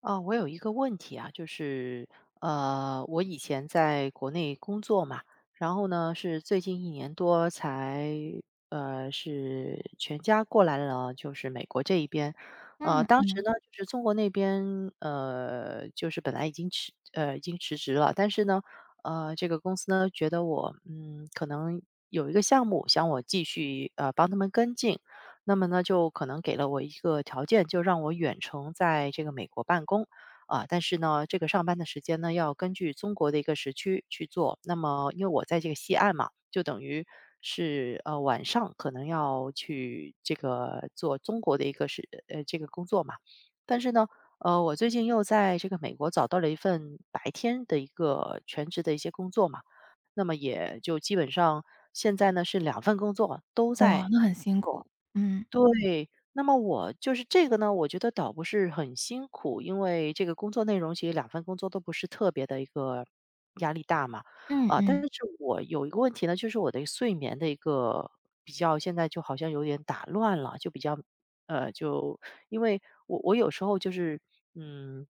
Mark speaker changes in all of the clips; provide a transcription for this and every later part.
Speaker 1: 啊，我有一个问题啊，就是我以前在国内工作嘛，然后呢是最近一年多才是全家过来了，就是美国这一边。
Speaker 2: 嗯
Speaker 1: 当时
Speaker 2: 嗯。
Speaker 1: 呢就是中国那边就是本来已经辞职了，但是呢这个公司呢觉得我可能有一个项目想我继续帮他们跟进，那么呢，就可能给了我一个条件，就让我远程在这个美国办公。啊，但是呢，这个上班的时间呢，要根据中国的一个时区去做。那么，因为我在这个西岸嘛，就等于是晚上可能要去这个做中国的一个是这个工作嘛。但是呢，我最近又在这个美国找到了一份白天的一个全职的一些工作嘛，那么也就基本上现在呢是两份工作都
Speaker 2: 哇，
Speaker 1: 在。
Speaker 2: 那很辛苦。嗯。
Speaker 1: 对，那么我就是这个呢，我觉得倒不是很辛苦，因为这个工作内容其实两份工作都不是特别的一个压力大嘛。
Speaker 2: 嗯
Speaker 1: 啊，但
Speaker 2: 嗯。
Speaker 1: 是我有一个问题呢，就是我的睡眠的一个比较，现在就好像有点打乱了，就比较，就因为我有时候就是，嗯，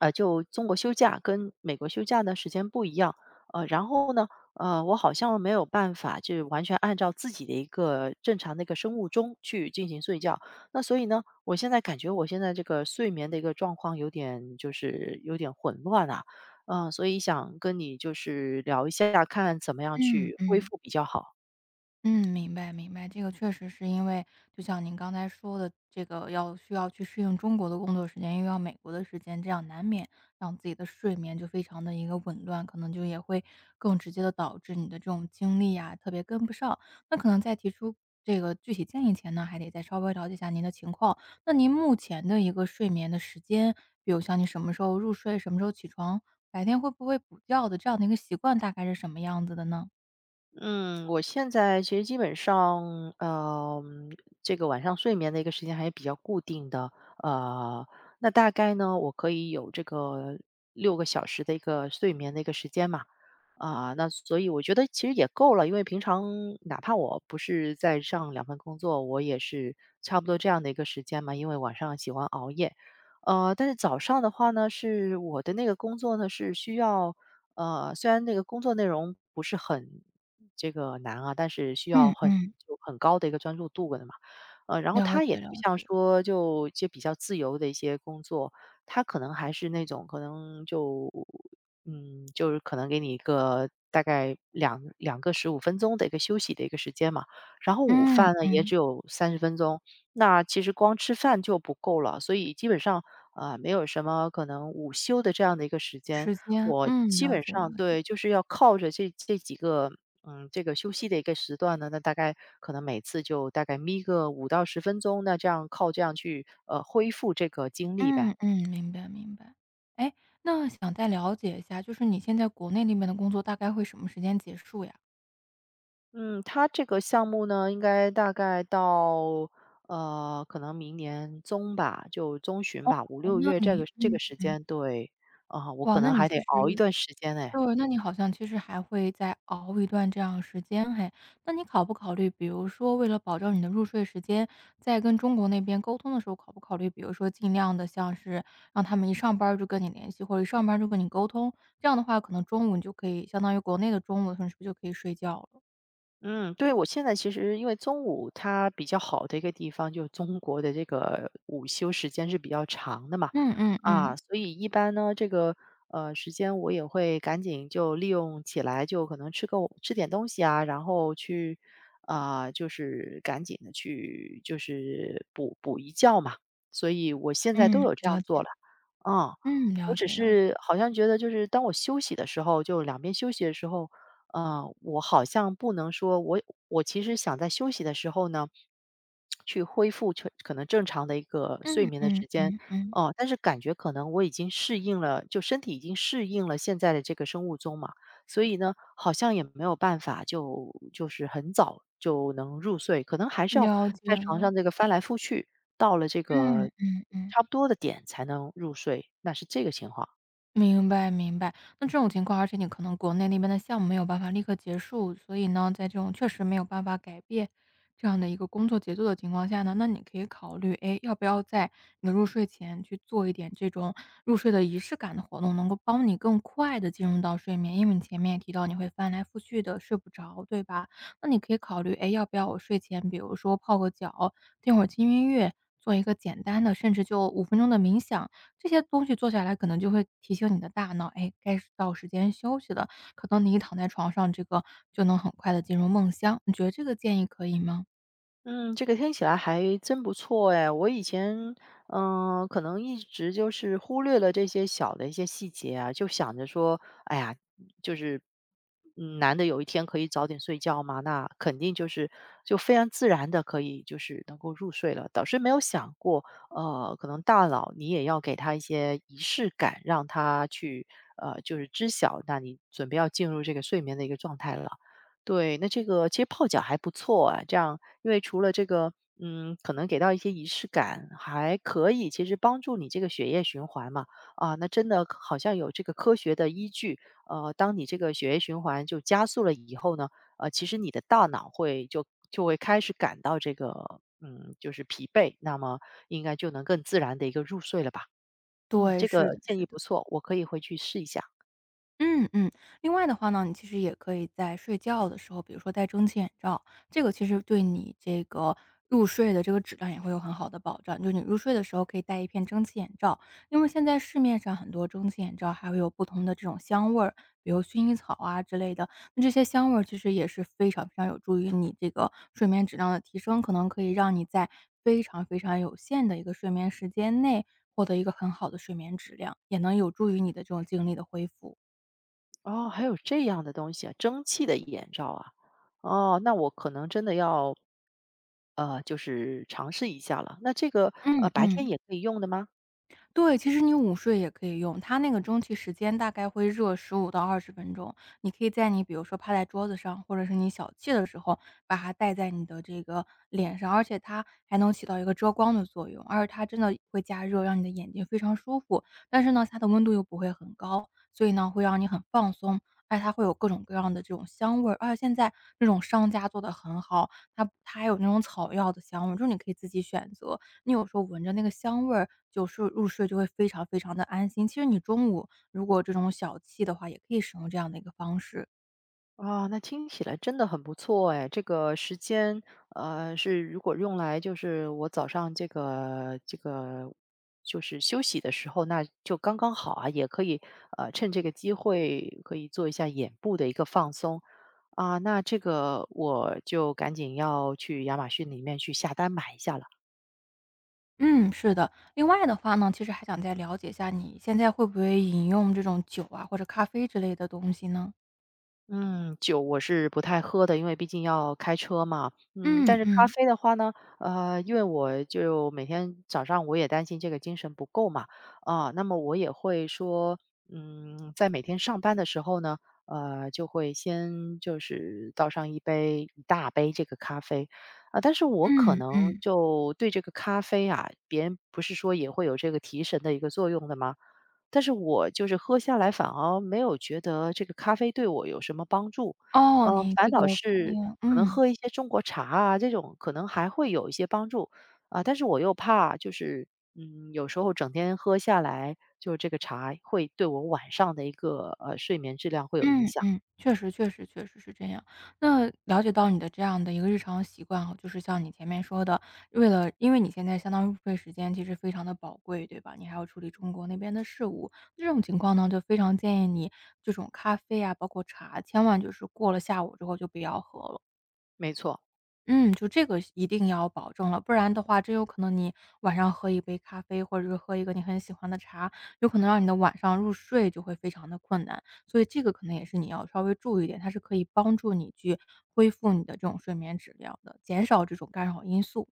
Speaker 1: 就中国休假跟美国休假呢时间不一样，然后呢。我好像没有办法，就是完全按照自己的一个正常的一个生物钟去进行睡觉。那所以呢，我现在感觉我现在这个睡眠的一个状况有点就是有点混乱啊，所以想跟你就是聊一下，看怎么样
Speaker 2: 嗯
Speaker 1: 去恢
Speaker 2: 嗯。
Speaker 1: 复比较好。
Speaker 2: 嗯，明白明白，这个确实是因为就像您刚才说的，这个要需要去适应中国的工作时间，又要美国的时间，这样难免让自己的睡眠就非常的一个紊乱，可能就也会更直接的导致你的这种精力啊特别跟不上。那可能在提出这个具体建议前呢，还得再稍微了解一下您的情况。那您目前的一个睡眠的时间，比如像你什么时候入睡，什么时候起床，白天会不会补觉的这样的一个习惯，大概是什么样子的呢？
Speaker 1: 嗯，我现在其实基本上，这个晚上睡眠的一个时间还是比较固定的。呃，那大概呢，我可以有这个6个小时的一个睡眠的一个时间嘛。啊、那所以我觉得其实也够了，因为平常哪怕我不是在上两份工作，我也是差不多这样的一个时间嘛，因为晚上喜欢熬夜。但是早上的话呢，是我的那个工作呢是需要，虽然那个工作内容不是很这个难啊，但是需要
Speaker 2: 嗯
Speaker 1: 很
Speaker 2: 嗯，
Speaker 1: 就很高的一个专注度的嘛。然后
Speaker 2: 了
Speaker 1: 它也
Speaker 2: 解了
Speaker 1: 不像
Speaker 2: 解。
Speaker 1: 说就一些比较自由的一些工作，它可能还是那种可能就就是可能给你一个大概两个15分钟的一个休息的一个时间嘛，然后午
Speaker 2: 嗯
Speaker 1: 饭呢也
Speaker 2: 嗯。
Speaker 1: 只有30分钟，那其实光吃饭就不够了，所以基本上啊，没有什么可能午休的这样的一个时间。
Speaker 2: 时间，
Speaker 1: 我
Speaker 2: 嗯，
Speaker 1: 基
Speaker 2: 了
Speaker 1: 本
Speaker 2: 解了
Speaker 1: 上
Speaker 2: 解。
Speaker 1: 对，就是要靠着这几个，这个休息的一个时段呢，那大概可能每次就大概眯个5到10分钟，那这样靠这样去，恢复这个精力呗。
Speaker 2: 嗯嗯。明白明白。哎，那想再了解一下，就是你现在国内那边的工作大概会什么时间结束呀？
Speaker 1: 嗯，他这个项目呢，应该大概到，可能明年中吧，就中旬吧五
Speaker 2: 哦
Speaker 1: 六
Speaker 2: 那
Speaker 1: 月这个
Speaker 2: 你
Speaker 1: 这个
Speaker 2: 嗯。
Speaker 1: 时间。对，啊，我
Speaker 2: 哇，
Speaker 1: 可
Speaker 2: 那
Speaker 1: 能
Speaker 2: 你
Speaker 1: 还得
Speaker 2: 其
Speaker 1: 熬一
Speaker 2: 实
Speaker 1: 段时间哎。
Speaker 2: 对，那你好像其实还会再熬一段这样时间嘿。那你考不考虑，比如说为了保证你的入睡时间，在跟中国那边沟通的时候，考不考虑，比如说尽量的像是让他们一上班儿就跟你联系，或者一上班儿就跟你沟通，这样的话可能中午你就可以相当于国内的中午，是不是就可以睡觉了？
Speaker 1: 嗯，对，我现在其实因为中午它比较好的一个地方，就是中国的这个午休时间是比较长的嘛。
Speaker 2: 嗯嗯
Speaker 1: 啊，
Speaker 2: 嗯。
Speaker 1: 所以一般呢，这个时间我也会赶紧就利用起来，就可能吃点东西啊，然后去啊、就是赶紧的去就是补补一觉嘛，所以我现在
Speaker 2: 嗯，
Speaker 1: 都有这样
Speaker 2: 了
Speaker 1: 做
Speaker 2: 解。
Speaker 1: 了。啊，
Speaker 2: 嗯，
Speaker 1: 我
Speaker 2: 了
Speaker 1: 只
Speaker 2: 解了解。
Speaker 1: 是好像觉得就是当我休息的时候，就两边休息的时候。我好像不能说我其实想在休息的时候呢，去恢复成可能正常的一个睡
Speaker 2: 嗯
Speaker 1: 眠的
Speaker 2: 嗯
Speaker 1: 时间。
Speaker 2: 嗯嗯。
Speaker 1: 哦，但是感觉可能我已经适应了，就身体已经适应了现在的这个生物钟嘛，所以呢，好像也没有办法就是很早就能入睡，可能还是要
Speaker 2: 了解
Speaker 1: 在床
Speaker 2: 了。
Speaker 1: 上这个翻来覆去，到了这
Speaker 2: 嗯
Speaker 1: 个
Speaker 2: 嗯嗯。
Speaker 1: 差不多的点才能入睡，那是这个情况。
Speaker 2: 明白明白。那这种情况，而且你可能国内那边的项目没有办法立刻结束，所以呢，在这种确实没有办法改变这样的一个工作节奏的情况下呢，那你可以考虑，哎，要不要在你的入睡前去做一点这种入睡的仪式感的活动，能够帮你更快的进入到睡眠。因为你前面也提到你会翻来覆去的睡不着，对吧？那你可以考虑，哎，要不要我睡前比如说泡个脚，听会儿轻音乐，做一个简单的，甚至就5分钟的冥想。这些东西做下来可能就会提醒你的大脑，哎，该是到时间休息了。可能你一躺在床上，这个就能很快的进入梦乡，你觉得这个建议可以吗？
Speaker 1: 嗯，这个听起来还真不错哎。我以前，可能一直就是忽略了这些小的一些细节啊，就想着说，哎呀，就是难得有一天可以早点睡觉嘛，那肯定就非常自然的可以就是能够入睡了。倒是没有想过，可能大脑你也要给他一些仪式感，让他去就是知晓，那你准备要进入这个睡眠的一个状态了。对，那这个其实泡脚还不错啊，这样，因为除了这个，可能给到一些仪式感，还可以其实帮助你这个血液循环嘛。啊，那真的好像有这个科学的依据，当你这个血液循环就加速了以后呢，其实你的大脑会就会开始感到这个，就是疲惫，那么应该就能更自然的一个入睡了吧。嗯，
Speaker 2: 对，
Speaker 1: 这
Speaker 2: 是
Speaker 1: 个
Speaker 2: 的
Speaker 1: 建议
Speaker 2: 是的。
Speaker 1: 不错，我可以回去试一下。
Speaker 2: 嗯嗯。另外的话呢，你其实也可以在睡觉的时候，比如说戴蒸汽眼罩，这个其实对你这个入睡的这个质量也会有很好的保障。就是你入睡的时候可以戴一片蒸汽眼罩，因为现在市面上很多蒸汽眼罩还会有不同的这种香味儿，比如薰衣草啊之类的。那这些香味儿其实也是非常非常有助于你这个睡眠质量的提升，可能可以让你在非常非常有限的一个睡眠时间内获得一个很好的睡眠质量，也能有助于你的这种精力的恢复。
Speaker 1: 哦，还有这样的东西啊，蒸汽的眼罩啊，哦，那我可能真的要就是尝试一下了。那这个
Speaker 2: 嗯
Speaker 1: 白天
Speaker 2: 嗯。
Speaker 1: 也可以用的吗？
Speaker 2: 对，其实你午睡也可以用，它那个蒸汽时间大概会热15到20分钟。你可以在你比如说趴在桌子上，或者是你小憩的时候，把它戴在你的这个脸上，而且它还能起到一个遮光的作用，而且它真的会加热，让你的眼睛非常舒服。但是呢，它的温度又不会很高，所以呢，会让你很放松，而且它会有各种各样的这种香味儿。而且现在这种商家做的很好，它还有那种草药的香味儿，就是你可以自己选择，你有时候闻着那个香味儿，就是入睡就会非常非常的安心。其实你中午如果这种小憩的话，也可以使用这样的一个方式。
Speaker 1: 啊，那听起来真的很不错哎。这个时间，是如果用来就是我早上这个就是休息的时候，那就刚刚好啊，也可以趁这个机会可以做一下眼部的一个放松啊。那这个我就赶紧要去亚马逊里面去下单买一下了。
Speaker 2: 嗯，是的。另外的话呢，其实还想再了解一下，你现在会不会饮用这种酒啊，或者咖啡之类的东西呢？
Speaker 1: 嗯，酒我是不太喝的，因为毕竟要开车嘛。嗯，但
Speaker 2: 嗯
Speaker 1: 是咖
Speaker 2: 嗯。
Speaker 1: 啡的话呢，因为我就每天早上我也担心这个精神不够嘛，啊，那么我也会说，在每天上班的时候呢，就会先就是倒上一大杯这个咖啡。啊，但是我可
Speaker 2: 嗯
Speaker 1: 能
Speaker 2: 嗯。
Speaker 1: 就对这个咖啡啊，别人不是说也会有这个提神的一个作用的吗？但是我就是喝下来反而没有觉得这个咖啡对我有什么帮助，
Speaker 2: 哦，你
Speaker 1: 反
Speaker 2: 这个
Speaker 1: 倒
Speaker 2: 反
Speaker 1: 是
Speaker 2: 应
Speaker 1: 可能
Speaker 2: 嗯。
Speaker 1: 喝一些中国茶啊这种可能还会有一些帮助。啊，但是我又怕就是，有时候整天喝下来，就是这个茶会对我晚上的一个，睡眠质量会有影
Speaker 2: 嗯
Speaker 1: 响。
Speaker 2: 嗯，确实确实确实是这样。那了解到你的这样的一个日常习惯哈，就是像你前面说的，为了因为你现在相当于入睡时间其实非常的宝贵，对吧？你还要处理中国那边的事务，这种情况呢，就非常建议你这种咖啡啊，包括茶，千万就是过了下午之后就不要喝了。
Speaker 1: 没错。
Speaker 2: 嗯，就这个一定要保证了，不然的话，真有可能你晚上喝一杯咖啡，或者是喝一个你很喜欢的茶，有可能让你的晚上入睡就会非常的困难。所以这个可能也是你要稍微注意一点，它是可以帮助你去恢复你的这种睡眠质量的，减少这种干扰因素。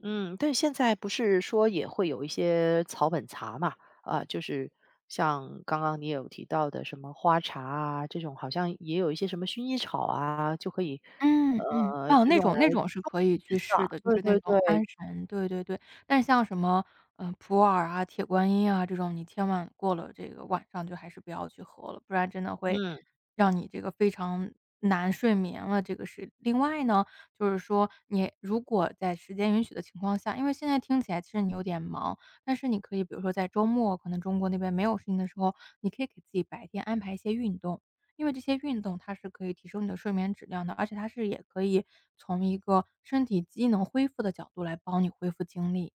Speaker 1: 嗯，但现在不是说也会有一些草本茶嘛？啊，就是像刚刚你也有提到的什么花茶啊，这种好像也有一些什么薰衣草啊，就可以，
Speaker 2: 嗯嗯。哦，
Speaker 1: 就
Speaker 2: 那
Speaker 1: 用
Speaker 2: 种那
Speaker 1: 来，
Speaker 2: 种是可以去试的，就
Speaker 1: 对
Speaker 2: 是那
Speaker 1: 对
Speaker 2: 种安
Speaker 1: 对，
Speaker 2: 神，对对对。但是像什么，嗯，普洱啊、铁观音啊这种，你千万过了这个晚上就还是不要去喝了，不然真的会
Speaker 1: 嗯，
Speaker 2: 让你这个非常难睡眠了，这个是。另外呢，就是说你如果在时间允许的情况下，因为现在听起来其实你有点忙，但是你可以比如说在周末，可能中国那边没有事情的时候，你可以给自己白天安排一些运动。因为这些运动它是可以提升你的睡眠质量的，而且它是也可以从一个身体机能恢复的角度来帮你恢复精力。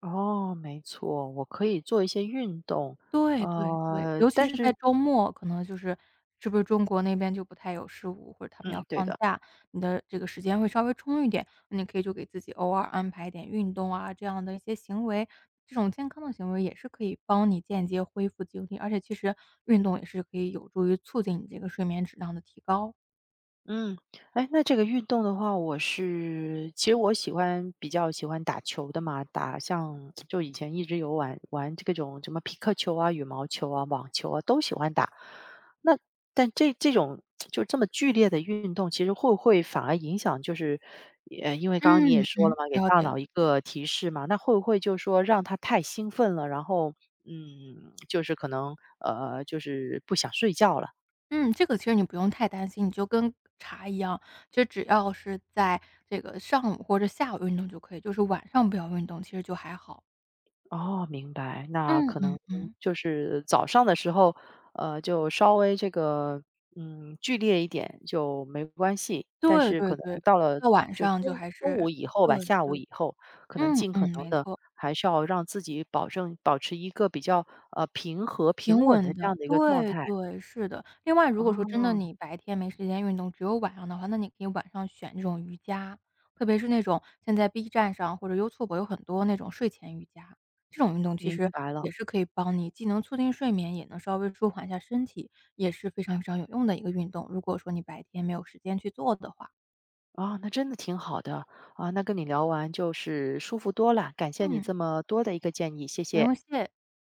Speaker 1: 哦，没错，我可以做一些运动，
Speaker 2: 对对对，尤其
Speaker 1: 但
Speaker 2: 是在
Speaker 1: 是，
Speaker 2: 周末，可能就是是不是中国那边就不太有事务，或者他们要
Speaker 1: 嗯，对
Speaker 2: 放
Speaker 1: 的。
Speaker 2: 假，你的这个时间会稍微充裕点，你可以就给自己偶尔安排一点运动啊，这样的一些行为，这种健康的行为也是可以帮你间接恢复精力，而且其实运动也是可以有助于促进你这个睡眠质量的提高。
Speaker 1: 嗯，哎，那这个运动的话，我是其实我喜欢比较喜欢打球的嘛，打像就以前一直有玩玩这种什么匹克球啊、羽毛球啊、网球啊都喜欢打。那但这种就这么剧烈的运动，其实会不会反而影响就是，因为刚刚你也
Speaker 2: 嗯
Speaker 1: 说了
Speaker 2: 嗯，
Speaker 1: 嘛，给
Speaker 2: 了
Speaker 1: 大
Speaker 2: 解了
Speaker 1: 脑一
Speaker 2: 解。
Speaker 1: 个提示嘛，那会不会就是说让他太兴奋了，然后就是可能就是不想睡觉了？
Speaker 2: 嗯，这个其实你不用太担心，你就跟茶一样，就只要是在这个上午或者下午运动就可以，就是晚上不要运动，其实就还好。
Speaker 1: 哦，明白。那
Speaker 2: 嗯
Speaker 1: 可能
Speaker 2: 嗯嗯，
Speaker 1: 就是早上的时候，就稍微这个，剧烈一点就没关系。但
Speaker 2: 对
Speaker 1: 是
Speaker 2: 对
Speaker 1: 可能
Speaker 2: 对，
Speaker 1: 到了
Speaker 2: 到晚
Speaker 1: 就
Speaker 2: 上就
Speaker 1: 中
Speaker 2: 还
Speaker 1: 中
Speaker 2: 是
Speaker 1: 午以后
Speaker 2: 对
Speaker 1: 吧，下午
Speaker 2: 对，
Speaker 1: 以后，可能
Speaker 2: 嗯
Speaker 1: 尽可
Speaker 2: 嗯，
Speaker 1: 能
Speaker 2: 没
Speaker 1: 的
Speaker 2: 错。
Speaker 1: 还是要让自己保持一个比较平和平
Speaker 2: 平
Speaker 1: 稳的
Speaker 2: 稳
Speaker 1: 这
Speaker 2: 的，
Speaker 1: 样的一个状
Speaker 2: 对
Speaker 1: 态。
Speaker 2: 对，是的。另外如果说真的
Speaker 1: 哦，
Speaker 2: 你白天没时间运动，只有晚上的话，那你可以晚上选这种瑜伽，特别是那种现在 B 站上或者 YouTube 有很多那种睡前瑜伽，这种运动其
Speaker 1: 明
Speaker 2: 实
Speaker 1: 白了。
Speaker 2: 也是可以帮你既能促进睡眠，也能稍微舒缓一下身体，也是非常非常有用的一个运动，如果说你白天没有时间去做的话。
Speaker 1: 啊、那真的挺好的啊。那跟你聊完就是舒服多了，感谢你
Speaker 2: 嗯，
Speaker 1: 这么多的一个建议，谢
Speaker 2: 不
Speaker 1: 谢。
Speaker 2: 用谢。